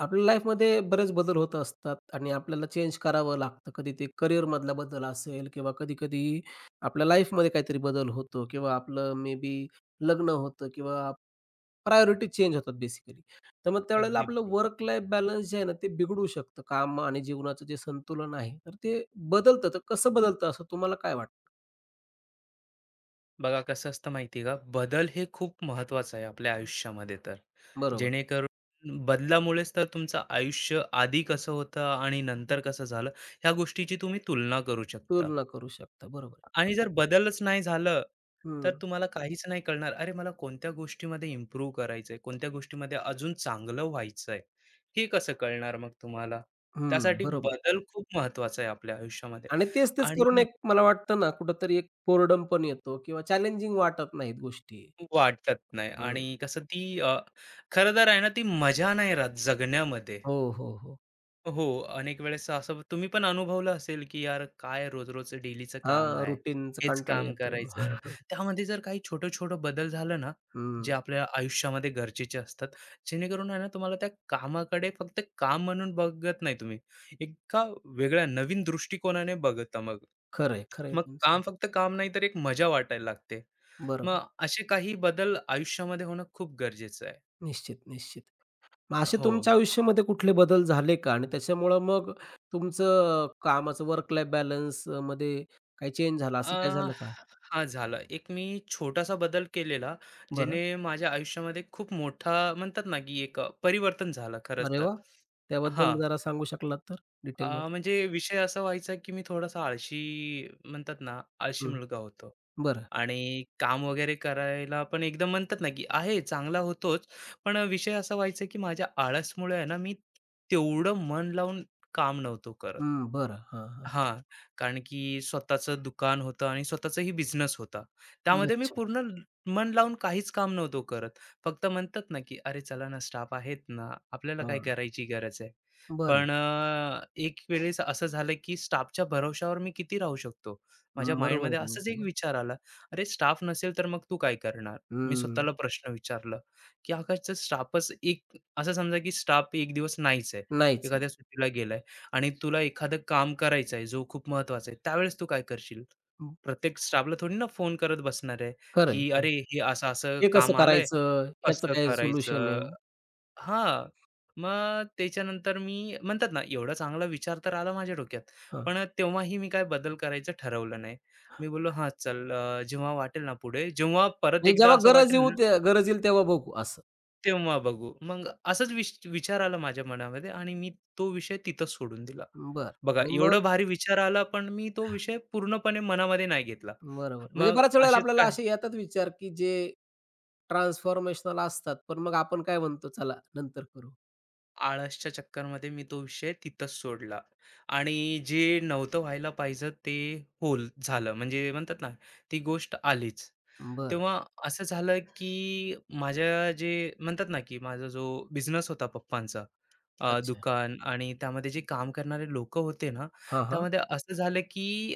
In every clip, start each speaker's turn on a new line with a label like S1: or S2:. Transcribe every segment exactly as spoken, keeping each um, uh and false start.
S1: आपल्या लाईफमध्ये बरेच बदल होत असतात आणि आपल्याला चेंज करावं लागतं. कधी ते करिअरमधला बदल असेल किंवा कधी-कधी आपल्या लाईफमध्ये काहीतरी बदल होतो किंवा आपलं मे बी लग्न होतं किंवा प्रायोरिटी चेंज होतात बेसिकली. तर मग त्यावेळेला
S2: अगदी
S1: आपलं
S2: बरोबर.
S1: वर्क लाईफ बॅलन्स जे आहे ना, ते बिघडू शकतं. काम आणि जीवनाचं जे संतुलन आहे, तर ते बदलतं. तर कसं बदलतं असं तुम्हाला काय वाटतं?
S2: बघा कसं असतं माहिती आहे का? बदल हे खूप महत्वाचं आहे आपल्या आयुष्यामध्ये तर.
S1: बरोबर आहे.
S2: जेणेकरून बदलामुळेच तर तुमचं आयुष्य आधी कसं होतं आणि नंतर कसं झालं, ह्या गोष्टीची तुम्ही तुलना करू शकता.
S1: तुलना करू शकता. बरोबर आहे.
S2: आणि जर बदलच नाही झालं, तर
S1: हं,
S2: तुम्हाला काहीच नाही कळणार. अरे, मला कोणत्या गोष्टीमध्ये इम्प्रूव्ह करायचंय, कोणत्या गोष्टीमध्ये अजून चांगलं व्हायचंय, हे कसं कळणार मग तुम्हाला?
S1: हं.
S2: त्यासाठी
S1: बरोबर.
S2: बदल खूप महत्वाचा आहे आपल्या आयुष्यामध्ये.
S1: आणि तेच-तेच
S2: आणि
S1: करून एक मला वाटतं ना, कुठेतरी एक बोर्डम पण येतो किंवा चॅलेंजिंग वाटत नाहीत गोष्टी.
S2: वाटत नाही आणि
S1: हं.
S2: कसं ती अ, खरं तर आहे ना ती मजा नाही राहत जगण्यामध्ये.
S1: हो, हो, हो.
S2: हो, अनेक वेळेस असं तुम्ही पण अनुभवलं असेल, की यार काय रोज-रोज डेलीचं काम
S1: हां,
S2: आहे.
S1: रुटीनचा
S2: हेच
S1: कंटाळा
S2: काम
S1: येतो.
S2: करायचं. त्यामध्ये जर काही छोटं-छोटं बदल झालं ना, जे
S1: हं.
S2: आपल्या आयुष्यामध्ये गरजेचे असतात, जेणेकरून आहे ना तुम्हाला त्या कामाकडे फक्त काम म्हणून बघत नाही तुम्ही. एका वेगळ्या नवीन दृष्टिकोनाने बघता मग.
S1: खरं आहे, खरं आहे
S2: मग काम
S1: तुमचं.
S2: फक्त काम नाही तर एक मजा वाटायला लागते. मग
S1: बरोबर.
S2: असे काही बदल आयुष्यामध्ये होणं खूप गरजेचं आहे.
S1: निश्चित, निश्चित. मग असे
S2: हो.
S1: तुमच्या आयुष्यामध्ये कुठले बदल झाले का? आणि त्याच्यामुळं मग तुमचं कामाचं वर्क लाईफ बॅलन्स मध्ये काही चेंज झाला, असं काय
S2: अ,
S1: झालं का?
S2: हां, झालं. एक मी छोटासा बदल केलेला,
S1: बरं.
S2: जेणे माझ्या आयुष्यामध्ये खूप मोठा म्हणतात ना, की एक अ, परिवर्तन झालं खरंच
S1: अरे
S2: तर.
S1: वाह! त्याबद्दल
S2: हां,
S1: जरा सांगू शकलात तर
S2: अ,
S1: डिटेलमध्ये?
S2: म्हणजे विषय असा व्हायचा, की मी थोडासा आळशी म्हणतात ना, आळशी
S1: हं.
S2: मुलगा होतो
S1: बरं.
S2: आणि काम वगैरे करायला पण एकदम म्हणतात ना, की आहे चांगला होतोच. पण विषय असा व्हायचा, की माझ्या आळसमुळे आहे ना, मी तेवढं मन लावून काम नव्हतो करत.
S1: हं, बरं. हां, हां.
S2: हां, कारण की स्वतःचं दुकान होतं आणि स्वतःचाही बिझनेस होता. त्यामध्ये मी
S1: अच्छा.
S2: पूर्ण ल- मन लावून काहीच काम नव्हतो करत. फक्त म्हणतात ना, की "अरे चला ना, स्टाफ आहेत ना, आपल्याला काय
S1: हां.
S2: करायची गरज आहे."
S1: बरं.
S2: पण अ, एक वेळेस असं झालं, की स्टाफच्या भरवशावर मी किती राहू शकतो? माझ्या
S1: अं, बरोबर आहे
S2: माइंडमध्ये असाच
S1: तुमचं
S2: एक
S1: मग.
S2: विचार आला, "अरे स्टाफ नसेल तर मग तू काय करणार?" मी
S1: हं.
S2: स्वतःला प्रश्न विचारला, की "अगाच स्टाफच एक" असं समजा, की स्टाफ एक दिवस नाहीच आहे.
S1: नाहीच आहे.
S2: एखाद्या सुट्टीला गेलाय. आणि तुला एखादं काम करायचं आहे, जो खूप महत्त्वाचा आहे, त्यावेळेस तू काय करशील?
S1: हं.
S2: प्रत्येक स्टाफला थोडी ना फोन करत बसणार आहे,
S1: खरं आहे,
S2: की
S1: खरं
S2: "अरे, हे असं-असं
S1: आहे. हे कसं
S2: काम आलंय,
S1: करायचं? ह्याचं
S2: कसं
S1: काय सोल्युशन आहे?
S2: करायचं?" हां. मग त्याच्यानंतर मी म्हणतात ना, एवढा चांगला विचार तर आला माझ्या डोक्यात,
S1: हां.
S2: पण तेव्हाही मी काय बदल करायचं ठरवलं नाही. मी बोललो, "हां, चल, अ, जेव्हा वाटेल ना पुढे, जेव्हा परत
S1: म्हणजे
S2: एकदा
S1: जेव्हा
S2: असं
S1: गरज येऊ
S2: वाटेल
S1: ते गरज येईल तेव्हा बघू असं.
S2: तेव्हा बघू. मग असाच विश विचार आला माझ्या मनामध्ये आणि मी तो विषय तिथंच सोडून दिला.
S1: बरं
S2: बघा
S1: आणि मग
S2: एवढा भारी विचार आला, पण मी तो विषय पूर्णपणे मनामध्ये नाही घेतला.
S1: बरोबर. म्हणजे
S2: मग
S1: बऱ्याच वेळेला
S2: असेच
S1: आपल्याला
S2: काही
S1: असे येतात विचार, की जे ट्रान्सफॉर्मेशनल असतात, पण मग आपण काय म्हणतो, "चला नंतर करू."
S2: आळसच्या चक्करमध्ये मी तो विषय तिथंच सोडला आणि जे नव्हतं व्हायला पाहिजे ते होल झालं. म्हणजे म्हणतात ना, ती गोष्ट आलीच.
S1: बरं.
S2: तेव्हा असं झालं, की माझ्या जे म्हणतात ना, की माझा जो बिझनेस होता पप्पांचा, अ,
S1: अच्छा.
S2: दुकान आणि त्यामध्ये जे काम करणारे लोकं होते ना,
S1: हां, हां.
S2: त्यामध्ये असं झालं की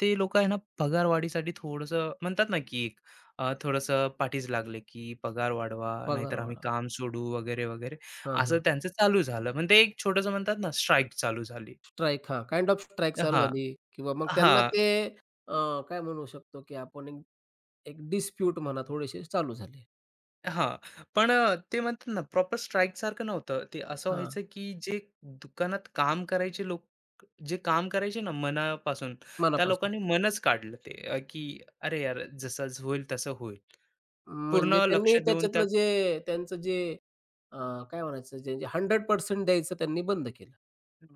S2: ते लोकं आहे ना, पगारवाढीसाठी थोडंसं म्हणतात ना, की एक अ, थोडंसं पाठीस लागले, की पगार वाढवा,
S1: पगार
S2: नाहीतर आम्ही
S1: वाढवा.
S2: काम सोडू वगैरे, वगैरे.
S1: हां,
S2: असं
S1: हां.
S2: त्यांचं चालू झालं. म्हणजे एक छोटंसं म्हणतात ना, स्ट्राईक चालू झाली.
S1: स्ट्राईक हां, काइंड ऑफ स्ट्राईक चालू
S2: हां,
S1: झाली किंवा मग त्यांना
S2: हां.
S1: ते अ, काय म्हणू शकतो, की आपण एक एक डिस्प्यूट म्हणा थोडेसे चालू झाले.
S2: हां, पण अ, ते म्हणतात ना प्रॉपर स्ट्राईकसारखं नव्हतं. ते असं
S1: हां,
S2: व्हायचं, की जे दुकानात काम करायचे लोक जे काम करायचे ना मनापासून, त्या
S1: मनापासून.
S2: लोकांनी मनच काढलं ते, अ, की "अरे यार, जसं होईल तसं होईल."
S1: म्हणजे
S2: पूर्ण लक्ष
S1: त्यांनी
S2: देऊन त्या
S1: त्याच्यातलं जे त्यांचं जे अ, काय म्हणायचं जे शंभर टक्के द्यायचं त्यांनी बंद केलं.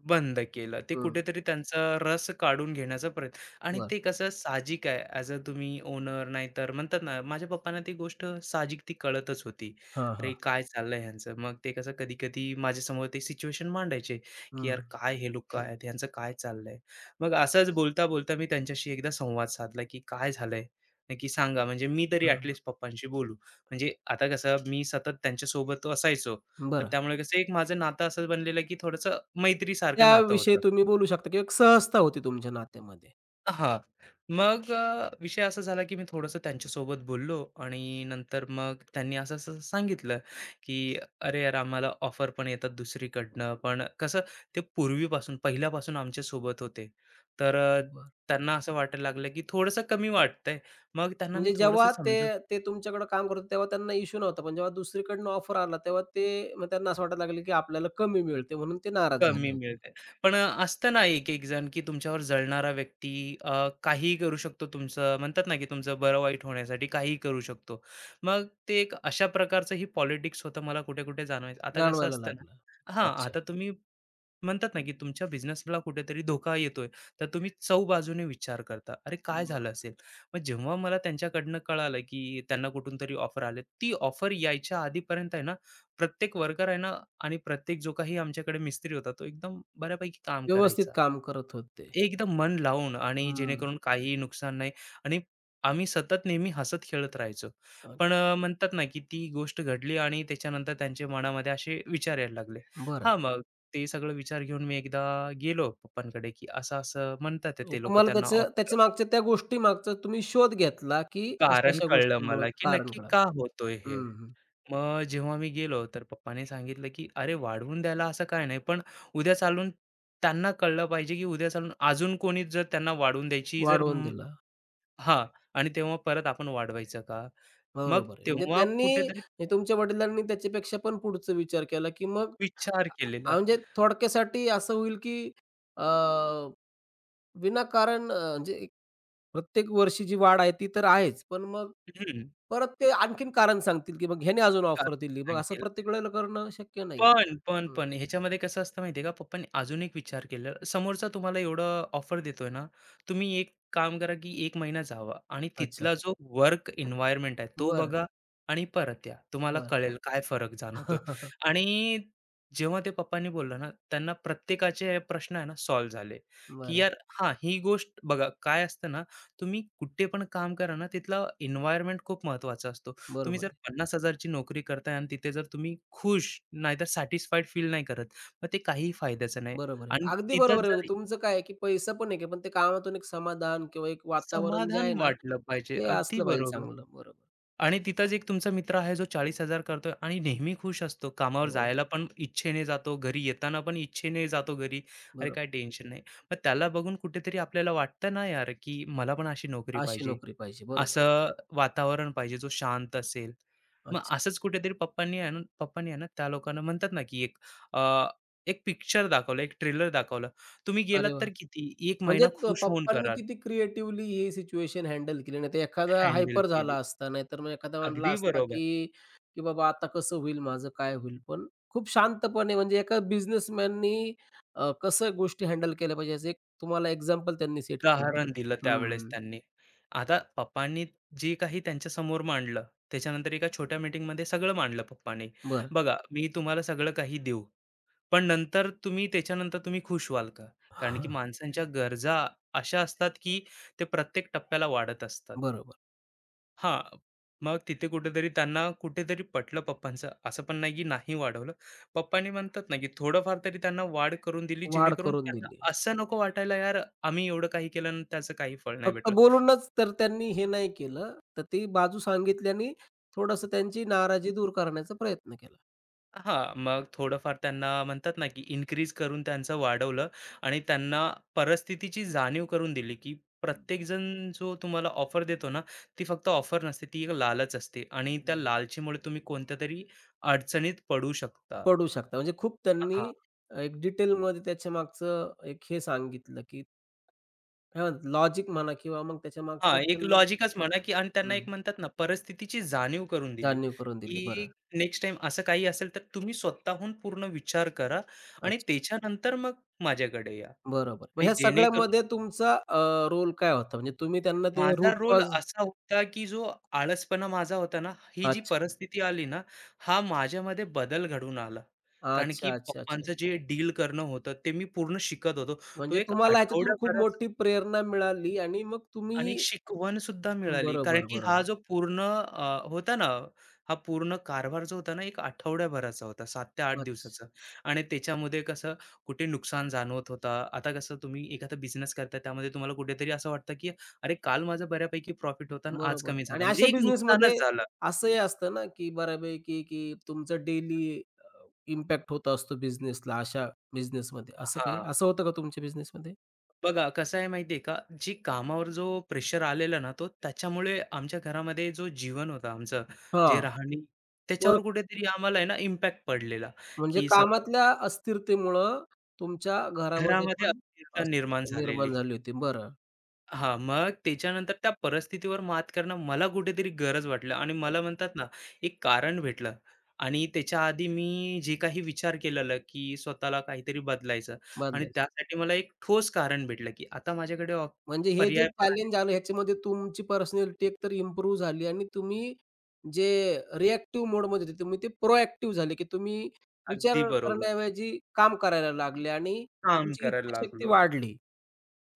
S2: बंद केलं. ते
S1: हं,
S2: कुठेतरी त्यांचा रस काढून घेण्याचा प्रयत्न आणि
S1: बरं.
S2: ते कसं साहजिक आहे ॲज अ तुम्ही ओनर नाहीतर म्हणतात ना, माझ्या पप्पांना ती गोष्ट साहजिक ती कळतच होती.
S1: हां,
S2: अरे,
S1: हां.
S2: काय चाललंय ह्यांचं? मग ते कसं कधी-कधी माझ्यासमोर ते सिच्युएशन मांडायचे, की
S1: हं,
S2: "यार, काय हे लोकं आहेत? ह्यांचं काय चाललंय?" मग असंच बोलता-बोलता मी त्यांच्याशी एकदा संवाद साधला, की "काय झालंय? नक्की सांगा." म्हणजे मी तरी
S1: हां.
S2: ॲट पप्पांशी बोलू. म्हणजे आता कसं मी सतत त्यांच्यासोबत असायचो. तर
S1: बरं.
S2: त्यामुळे कसं एक माझं नातं असं बनलेलं की थोडंसं मैत्रीसारखं नातं
S1: त्याविषयी
S2: होतं.
S1: तुम्ही बोलू शकता किंवा एक सहजता होती तुमच्या नात्यामध्ये.
S2: हां. मग अ, विषय असा झाला की मी थोडंसं त्यांच्यासोबत बोललो आणि नंतर मग त्यांनी असं-असं सांगितलं, की "अरे यार, आम्हाला ऑफर पण येतात दुसरीकडनं." पण कसं ते पूर्वीपासून, पहिल्यापासून आमच्यासोबत होते. तर अ,
S1: बरं.
S2: त्यांना असं वाटायला लागलं की थोडंसं कमी वाटतंय. मग त्यांना मी
S1: म्हणजे
S2: थोडंसं
S1: जेव्हा ते
S2: समजावलं
S1: ते तुमच्याकडे काम करत होते तेव्हा त्यांना इश्यू नव्हता. पण जेव्हा दुसरीकडनं ऑफर आला तेव्हा ते मग त्यांना असं वाटायला लागलं, की आपल्याला कमी मिळते म्हणून ते नाराज
S2: कमी
S1: झाले होते.
S2: मिळते. पण अ, असतं ना एक-एक जण, की तुमच्यावर जळणारा व्यक्ती अ, काहीही करू शकतो तुमचं म्हणतात ना, की तुमचं बरं-वाईट होण्यासाठी काहीही करू शकतो. मग ते एक अशा प्रकारचं ही पॉलिटिक्स होतं मला कुठे-कुठे जाणवायचं. आता कसं
S1: जाणवायला
S2: असतं ना,
S1: लागलं.
S2: हां,
S1: अच्छा.
S2: आता तुम्ही म्हणतात ना, की तुमच्या बिझनेसला कुठेतरी धोका येतोय, तर तुम्ही चौबाजूने विचार करता. अरे काय झालं
S1: बरोबर.
S2: असेल? मग जेव्हा मला त्यांच्याकडनं कळालं, की त्यांना कुठून तरी ऑफर आली. ती ऑफर यायच्या आधीपर्यंत आहे ना प्रत्येक वर्कर आहे ना आणि प्रत्येक जो काही आमच्याकडे मिस्त्री होता तो एकदम बऱ्यापैकी काम
S1: व्यवस्थित
S2: करायचा.
S1: काम करत होते.
S2: एकदम मन लावून आणि
S1: हं.
S2: जेणेकरून काही नुकसान नाही आणि आम्ही सतत नेहमी हसत-खेळत राहायचो.
S1: अ,
S2: पण अ, म्हणतात ना, की ती गोष्ट घडली आणि त्याच्यानंतर त्यांच्या मनामध्ये असे विचार यायला लागले.
S1: बरं.
S2: हां, मग ते सगळं विचार घेऊन मी एकदा गेलो पप्पांकडे, की असं-असं म्हणतात आहे
S1: म्हणजे
S2: ते लोकं
S1: तुम्हाला
S2: त्यांना ऑफ
S1: त्याचं
S2: करा.
S1: त्याच्या मागच्या त्या गोष्टी मागचा तुम्ही शोध घेतला, की
S2: कारण
S1: अशा-अशा
S2: कळलं
S1: गोष्टींमुळं
S2: मला, की
S1: कारण
S2: नक्की
S1: कळालं.
S2: का होतोय हे?
S1: हं, हं.
S2: मग जेव्हा मी गेलो, तर पप्पांनी सांगितलं, की "अरे, वाढवून द्यायला असं काय नाही, पण उद्या चालून त्यांना कळलं पाहिजे, की उद्या चालून अजून कोणी जर त्यांना वाढवून द्यायची जर
S1: वाढवून
S2: म
S1: दिला.
S2: हां, आणि तेव्हा परत आपण वाढवायचं का?" मग
S1: बरोबर आहे. म्हणजे
S2: तेव्हा
S1: त्यांनी
S2: कुठेतरी
S1: म्हणजे तुमच्या वडिलांनी त्याच्यापेक्षा पण पुढचा विचार केला, की मग
S2: विचार
S1: अ,
S2: केलेला.
S1: म्हणजे थोडक्यासाठी असं होईल, की अ, विनाकारण अ, म्हणजे एक प्रत्येक वर्षी जी वाढ आहे ती तर आहेच. पण मग
S2: हं,
S1: परत ते आणखीन कारण सांगतील, की मग ह्याने अजून ऑफर
S2: कारण
S1: दिली. मग असं
S2: सांगतील.
S1: प्रत्येक वेळेला करणं शक्य नाही.
S2: पण, पण,
S1: हं.
S2: पण ह्याच्यामध्ये कसं असतं माहिती आहे का? पप्पांनी अजून एक विचार केला. समोरचा तुम्हाला एवढं ऑफर देतोय ना, तुम्ही एक काम करा, की एक महिना जावा आणि
S1: अच्छा.
S2: तिथला जो वर्क एन्व्हायर्नमेंट आहे तो
S1: बरं,
S2: बघा आणि परत या. तुम्हाला
S1: बरं.
S2: कळेल काय फरक जाणवतोय. आणि जेव्हा ते पप्पांनी बोललं ना, त्यांना प्रत्येकाचे हे प्रश्न आहे ना सॉल्व्ह झाले, की
S1: बरं.
S2: यार हां, ही गोष्ट बघा काय असतं ना, तुम्ही कुठे पण काम करा ना, तिथला एन्व्हायर्नमेंट खूप महत्त्वाचा असतो. तुम्ही
S1: बरोबर
S2: जर
S1: आहे.
S2: पन्नास हजार ची नोकरी करताय आणि तिथे जर तुम्ही खुश नाहीतर सॅटिस्फाईड फील नाही करत, मग ते काहीही फायद्याचं नाही
S1: बरोबर आहे.
S2: आणि
S1: अगदी
S2: तिथं
S1: बरोबर आहे. म्हणजे
S2: जर
S1: तुमचं काय आहे, की पैसा पण आहे, की, पण ते कामातून एक समाधान किंवा एक वातावरण जे
S2: समाधान
S1: आहे ना,
S2: वाटलं पाहिजे.
S1: ते
S2: अगदी
S1: असलं पाहिजे
S2: बरोबर.
S1: चांगलं. बरोबर.
S2: आणि तिथंच एक तुमचा मित्र आहे जो चाळीस हजार करतोय आणि नेहमी खुश असतो. कामावर
S1: हो,
S2: जायला पण इच्छेने जातो, घरी येताना पण इच्छेने जातो घरी. अरे, काही
S1: बरोबर.
S2: टेन्शन नाही. मग त्याला बघून कुठेतरी आपल्याला वाटतं ना यार, की मला पण अशी नोकरी
S1: अशी
S2: पाहिजे.
S1: नोकरी पाहिजे. बरोबर.
S2: असं वातावरण पाहिजे जो शांत असेल. मग
S1: अच्छा.
S2: असंच कुठेतरी पप्पांनी आहे ना पप्पांनी आहे ना त्या लोकांना म्हणतात ना, की एक अ, एक पिक्चर दाखवलं, एक ट्रेलर दाखवलं. तुम्ही गेलात
S1: अरे वाह!
S2: तर किती एक
S1: म्हणजे
S2: महिना
S1: त
S2: खुश होऊन
S1: पप्पांनी
S2: कराल.
S1: किती क्रिएटिव्हली ही सिच्युएशन हँडल केली. नाहीतर एखादा
S2: हँडल
S1: हायपर झाला
S2: केली.
S1: असता, नाहीतर मग एखादा म्हणला
S2: अगदी
S1: असता,
S2: बरोबर.
S1: की की बाबा आता कसं होईल माझं, काय होईल? पण खूप शांतपणे म्हणजे एका बिझनेसमॅननी कसं गोष्टी हँडल केल्या पाहिजे, याचं एक तुम्हाला एक्झाम्पल त्यांनी सेट करून दिलं.
S2: उदाहरण दिलं त्यावेळेस
S1: हं,
S2: त्यांनी. आता पप्पांनी जे काही त्यांच्यासमोर मांडलं, त्याच्यानंतर एका छोट्या मीटिंगमध्ये सगळं मांडलं पप्पांनी.
S1: बरं.
S2: बघा, मी तुम्हाला सगळं काही देऊ, पण नंतर तुम्ही त्याच्यानंतर तुम्ही खुश व्हाल का? कारण की
S1: हां,
S2: माणसांच्या गरजा अशा असतात, की ते प्रत्येक टप्प्याला वाढत असतात.
S1: बरोबर.
S2: हां, मग तिथे कुठेतरी त्यांना कुठेतरी पटलं पप्पांचं. असं पण नाही, की नाही वाढवलं. पप्पांनी म्हणतात ना, की थोडंफार तरी त्यांना वाढ करून दिली,
S1: वाढ
S2: जेणेकरून
S1: करून
S2: त्यांना
S1: दिली.
S2: असं नको वाटायला, यार आम्ही एवढं काही केलं आणि त्याचं काही फळ नाही
S1: फक्त
S2: भेटलं.
S1: बोलूनच तर त्यांनी हे नाही केलं, तर ती बाजू सांगितल्याने थोडंसं त्यांची नाराजी दूर करण्याचा प्रयत्न केला.
S2: हां, मग थोडंफार त्यांना म्हणतात ना, की इन्क्रीज करून त्यांचं वाढवलं आणि त्यांना परिस्थितीची जाणीव करून दिली, की प्रत्येकजण जो तुम्हाला ऑफर देतो ना, ती फक्त ऑफर नसते, ती एक लालच असते आणि त्या लालचीमुळे तुम्ही कोणत्यातरी अडचणीत पडू शकता.
S1: पडू शकता. म्हणजे खूप त्यांनी अ, एक डिटेलमध्ये त्याच्यामागचं एक हे सांगितलं, की काय म्हणतात लॉजिक म्हणा किंवा मग त्याच्यामागचं
S2: हां, एक
S1: त्यांना
S2: लॉजिकच म्हणा, की आणि त्यांना
S1: हं,
S2: एक म्हणतात ना, परिस्थितीची जाणीव करून दिली,
S1: जाणीव करून दिली.
S2: की
S1: बरं.
S2: नेक्स्ट टाईम असं काही असेल, तर तुम्ही स्वतःहून पूर्ण विचार करा आणि
S1: अच्छा.
S2: त्याच्यानंतर मग माझ्याकडे या.
S1: बरोबर. मग
S2: आणि
S1: ह्या
S2: जेणेकरून
S1: सगळ्यामध्ये तुमचा अ, रोल काय होता? म्हणजे तुम्ही त्यांना ते
S2: माझा
S1: रूट
S2: रोल
S1: कॉज
S2: असा होता, की जो आळसपणा माझा होता ना, ही जी
S1: अच्छा.
S2: परिस्थिती आली ना, हा माझ्यामध्ये बदल घडवून आला. कारण की
S1: अच्छा, अच्छा, अच्छा.
S2: पप्पांचं जे डील करणं होतं, ते मी पूर्ण शिकत होतो. तो
S1: म्हणजे
S2: एक
S1: तुम्हाला ह्याच्यातून खूप
S2: आठवडाभराचा
S1: मोठी प्रेरणा मिळाली आणि मग
S2: आणि
S1: तुम्ही
S2: शिकवण सुद्धा मिळाली. कारण
S1: बरोबर,
S2: की
S1: बरोबर.
S2: हा जो पूर्ण अ, होता ना, हा पूर्ण कारभार जो होता ना, एक आठवड्याभराचा होता, सात ते आठ
S1: अच्छा.
S2: दिवसाचा. आणि त्याच्यामध्ये कसं कुठे नुकसान जाणवत होता. आता कसं तुम्ही एखादा बिझनेस करताय, त्यामध्ये तुम्हाला कुठेतरी असं वाटतं, की "अरे, काल माझा बऱ्यापैकी प्रॉफिट होता आणि आज
S1: बरोबर आहे
S2: कमी झाला."
S1: आणि अशा
S2: म्हणजे एक
S1: बिझनेसमध्ये
S2: नुकसानच झालं.
S1: असंही असतं ना, की बऱ्यापैकी की तुमचं डेली इम्पॅक्ट होत असतो बिझनेसला अशा बिझनेसमध्ये. असं काही
S2: हां.
S1: असं होतं का तुमच्या बिझनेसमध्ये?
S2: बघा कसं आहे माहिती आहे का, जी कामावर जो प्रेशर आलेला ना, तो त्याच्यामुळे आमच्या घरामध्ये जो जीवन होता आमचं, जे
S1: हां.
S2: राहणी,
S1: बरं
S2: त्याच्यावर कुठेतरी आम्हाला आहे ना इम्पॅक्ट पडलेला,
S1: म्हणजे
S2: की सतत
S1: कामातल्या अस्थिरतेमुळं तुमच्या घरामध्ये
S2: घरामध्ये
S1: पण
S2: अस्थिरता निर्माण
S1: अस्थिरता
S2: झालेली.
S1: निर्माण झाली होती. बरं.
S2: हां, मग त्याच्यानंतर त्या परिस्थितीवर मात करणं मला कुठेतरी गरज वाटलं आणि मला
S1: अच्छा.
S2: म्हणतात ना, एक कारण भेटलं आणि त्याच्या आधी मी जे काही विचार केलेला, की स्वतःला काहीतरी बदलायचं आणि
S1: बदलायची.
S2: त्यासाठी मला एक ठोस कारण भेटलं, की आता माझ्याकडे ऑप
S1: म्हणजे हे जे
S2: पर्याय पण
S1: चॅलेंज आलं ह्याच्यामध्ये तुमची पर्सनॅलिटी एकतर इम्प्रूव्ह झाली आणि तुम्ही जे रिएक्टिव्ह मोडमध्ये होते तुम्ही ते प्रोएक्टिव्ह झाले, की तुम्ही विचार
S2: अगदी बरोबर.
S1: करण्याऐवजी काम करायला लागले आणि
S2: काम
S1: तुमची
S2: करायला
S1: इच्छाशक्ती
S2: लागलो.
S1: वाढली.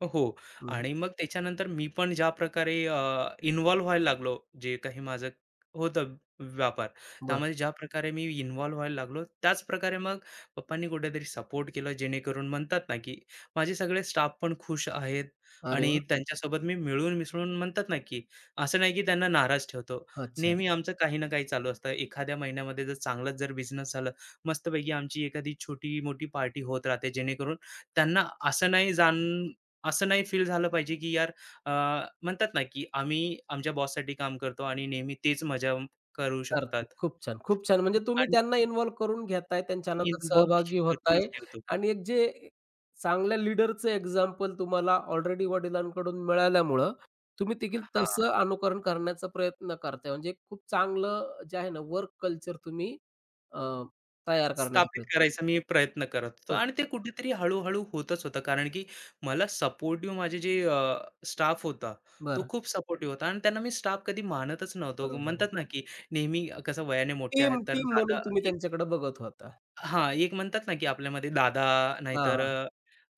S2: हो.
S1: हं,
S2: आणि मग त्याच्यानंतर मी पण ज्या प्रकारे अ, इन्व्हॉल्व व्हायला लागलो, जे काही माझं होतं व्यापार,
S1: बरं.
S2: त्यामध्ये ज्या प्रकारे मी इन्व्हॉल्व व्हायला लागलो, त्याच प्रकारे मग पप्पांनी कुठेतरी सपोर्ट केला, जेणेकरून म्हणतात ना, की माझे सगळे स्टाफ पण खुश आहेत
S1: अरे
S2: आणि
S1: वाह!
S2: त्यांच्यासोबत मी मिळून मिसळून म्हणतात ना, की असं नाही की त्यांना नाराज ठेवतो.
S1: अच्छा.
S2: नेहमी आमचं काही ना काही चालू असतं. एखाद्या महिन्यामध्ये जर चांगलाच जर बिझनेस झालं, मस्तपैकी आमची एखादी छोटी-मोठी पार्टी होत राहते, जेणेकरून त्यांना असं नाही जाण असं नाही फील झालं पाहिजे की यार अ, म्हणतात ना की आम्ही आमच्या बॉससाठी काम करतो आणि नेहमी तेच मजा करू शकतात.
S1: करतो. खूप छान, खूप छान. म्हणजे तुम्ही
S2: आणि
S1: त्यांना इन्व्हॉल्व करून घेताय, त्यांच्या आनंदात
S2: इन्व्हॉल्व
S1: सहभागी
S2: करूनच
S1: होताय
S2: ठेवतो.
S1: आणि एक जे चांगल्या लीडरचं एक्झाम्पल तुम्हाला ऑलरेडी वडिलांकडून मिळाल्यामुळं तुम्ही देखील तसं
S2: हां,
S1: अनुकरण करण्याचा प्रयत्न करताय. म्हणजे खूप चांगलं जे आहे ना वर्क कल्चर तुम्ही अ, तयार करण्याचा
S2: स्थापित
S1: प्रयत्न
S2: करायचा मी प्रयत्न करत होतो
S1: खूप
S2: आणि ते
S1: छान.
S2: कुठेतरी हळू-हळू होतच होतं. कारण की मला सपोर्टिव्ह माझे जे स्टाफ होता, तो
S1: बरं,
S2: खूप सपोर्टिव्ह होता आणि त्यांना मी स्टाफ कधी मानतच नव्हतो.
S1: बरोबर
S2: म्हणतात ना की नेहमी कसं वयाने मोठे आहेत
S1: टीम
S2: तर
S1: टीम
S2: दादा,
S1: म्हणून तुम्ही त्यांच्याकडे बघत होता.
S2: हां, एक म्हणतात ना, की आपल्यामध्ये दादा
S1: हां,
S2: नाहीतर
S1: हां.
S2: अ,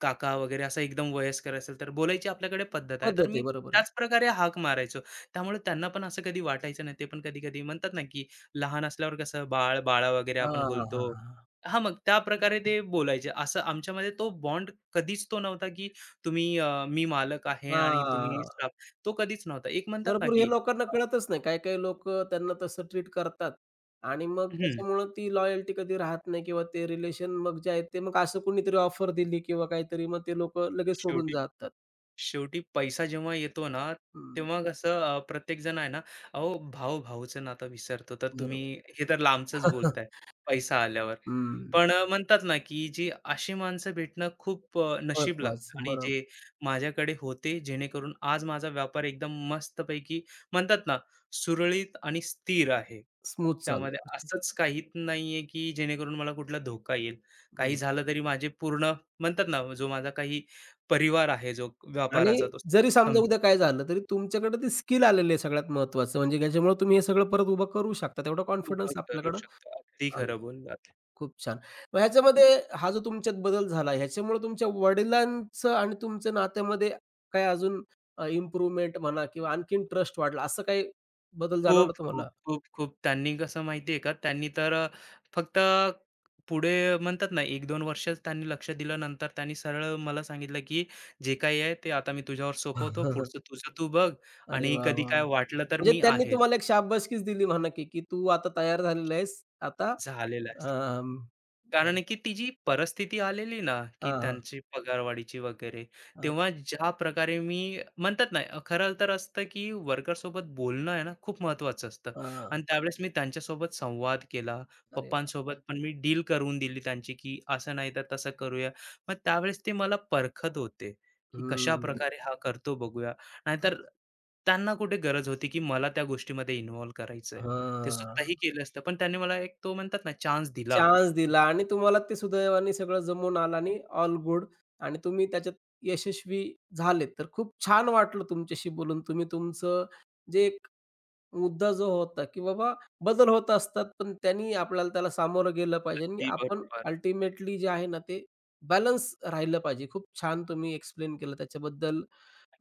S2: काका वगैरे असा एकदम वयस्कर असेल, तर बोलायची आपल्याकडे पद्धत आहे. तर
S1: पद्धत
S2: मी
S1: आहे. बरोबर आहे.
S2: त्याच प्रकारे हाक मारायचो. त्यामुळे त्यांना पण असं कधी वाटायचं नाही. ते पण कधी-कधी म्हणतात ना, की लहान असल्यावर कसं बाळ, बाळा वगैरे
S1: हां,
S2: आपण
S1: हां,
S2: बोलतो.
S1: हां, हां.
S2: हां, मग त्याप्रकारे ते बोलायचे. असं आमच्यामध्ये तो बॉन्ड कधीच तो नव्हता, की तुम्ही अ, मी मालक आहे आणि तुम्ही
S1: हां.
S2: स्टाफ. तो कधीच नव्हता. एक म्हणतात ना,
S1: भरपूर हे
S2: की
S1: लोकांना
S2: अ,
S1: कळतच नाही. काही-काही लोकं त्यांना तसं ट्रीट करतात आणि मग
S2: हं,
S1: त्याच्यामुळं ती लॉयल्टी कधी राहत नाही किंवा ते रिलेशन मग जे आहेत ते मग असं कुणीतरी ऑफर दिली किंवा काहीतरी मग ते लोकं लगेच सोडून
S2: शेवटी
S1: जातात.
S2: शेवटी पैसा जेव्हा येतो ना,
S1: हं,
S2: तेव्हा कसं अ, प्रत्येकजण आहे ना, अहो भाऊ-भाऊचं नातं विसरतो. तर तुम्ही
S1: बरोबर.
S2: हे तर लांबचंच बोलताय पैसा आल्यावर.
S1: हं,
S2: पण अ, म्हणतात ना, की जी अशी माणसं भेटणं खूप अ, नशीब लागतं
S1: महत्वाचं.
S2: आणि
S1: बरोबर.
S2: जे माझ्याकडे होते, जेणेकरून आज माझा व्यापार एकदम मस्तपैकी म्हणतात ना, सुरळीत आणि स्थिर आहे.
S1: स्मूथ चालू आहे
S2: त्यामध्ये
S1: गोष्टी.
S2: असंच काहीच नाहीये, की जेणेकरून मला कुठला धोका येईल. काही झालं तरी माझे पूर्ण म्हणतात ना, जो माझा काही परिवार आहे जो
S1: आणि
S2: व्यापाराचा तो
S1: जरी समजा
S2: खंबीर
S1: उद्या काय झालं तरी तुमच्याकडे ते स्किल आलेली आहे सगळ्यात महत्वाचं म्हणजे त्याच्यामुळे तुम्ही हे सगळं परत उभं करू शकता. तेवढा
S2: उभा
S1: कॉन्फिडन्स
S2: करू
S1: आपल्याकडं
S2: शकतो. अगदी
S1: आला.
S2: खरं बोललात.
S1: खूप छान. मग ह्याच्यामध्ये हा जो तुमच्यात बदल झाला, ह्याच्यामुळे तुमच्या वडिलांचं आणि तुमचं नात्यामध्ये काय अजून इम्प्रूव्हमेंट म्हणा किंवा आणखीन ट्रस्ट वाढला, असं काही बदल
S2: खूप,
S1: जाणवला
S2: खूप,
S1: तुम्हाला?
S2: खूप, खूप त्यांनी कसं माहिती का, त्यांनी तर अ, फक्त पुढे म्हणतात ना एक दोन वर्षच त्यांनी लक्ष दिलं. नंतर त्यांनी सरळ मला सांगितलं, की "जे काही आहे ते आता मी तुझ्यावर सोपवतो. पुढचं तुझं तू बघ
S1: अरे
S2: आणि
S1: वाह,
S2: कधी
S1: वाह!
S2: काय
S1: म्हणजे
S2: वाटलं तर मी
S1: त्यांनी
S2: आहे."
S1: तुम्हाला एक शाबासकीच दिली म्हणा की, की तू आता तयार झालेला आहेस. आता
S2: झालेलं
S1: अ,
S2: आहे.
S1: हां,
S2: कारण की ती जी परिस्थिती आलेली ना, की
S1: हां, हां,
S2: त्यांची पगारवाढीची वगैरे,
S1: हां.
S2: तेव्हा ज्या प्रकारे मी म्हणतात ना, खरं तर असतं की वर्करसोबत बोलणं आहे ना, खूप महत्त्वाचं असतं आणि त्यावेळेस मी त्यांच्यासोबत संवाद केला.
S1: अरे वाह!
S2: पप्पांसोबत पण मी डील करून दिली त्यांची, की असं नाही तर तसं करूया. मग त्यावेळेस ते मला परखत होते, की
S1: हं.
S2: कशाप्रकारे हा करतो बघूया. नाहीतर त्यांना कुठे गरज होती, की मला त्या गोष्टीमध्ये इन्व्हॉल्व करायचं ते स्वतःही
S1: हां.
S2: केलं असतं, पण त्यांनी मला एक तो म्हणतात ना, चान्स दिला.
S1: चान्स दिला आणि तुम्हाला ते सुदैवाने सगळं जमून आलं आणि ऑल गुड आणि तुम्ही त्याच्यात यशस्वी झालेत. तर खूप छान वाटलं तुमच्याशी बोलून. तुम्ही तुमचं जे एक मुद्दा जो होता, की बाबा बदल होत असतात, पण त्यांनी आपल्याला त्याला सामोरं गेलं पाहिजे आणि
S2: अगदी
S1: आपण
S2: बरोबर.
S1: अल्टिमेटली जे आहे ना, ते बॅलन्स राहिलं पाहिजे. खूप छान तुम्ही एक्सप्लेन केलं त्याच्याबद्दल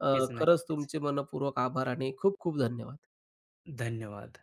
S1: अ, खरंच
S2: नक्कीच.
S1: तुमचे मनःपूर्वक आभार आणि खूप खूप धन्यवाद.
S2: धन्यवाद.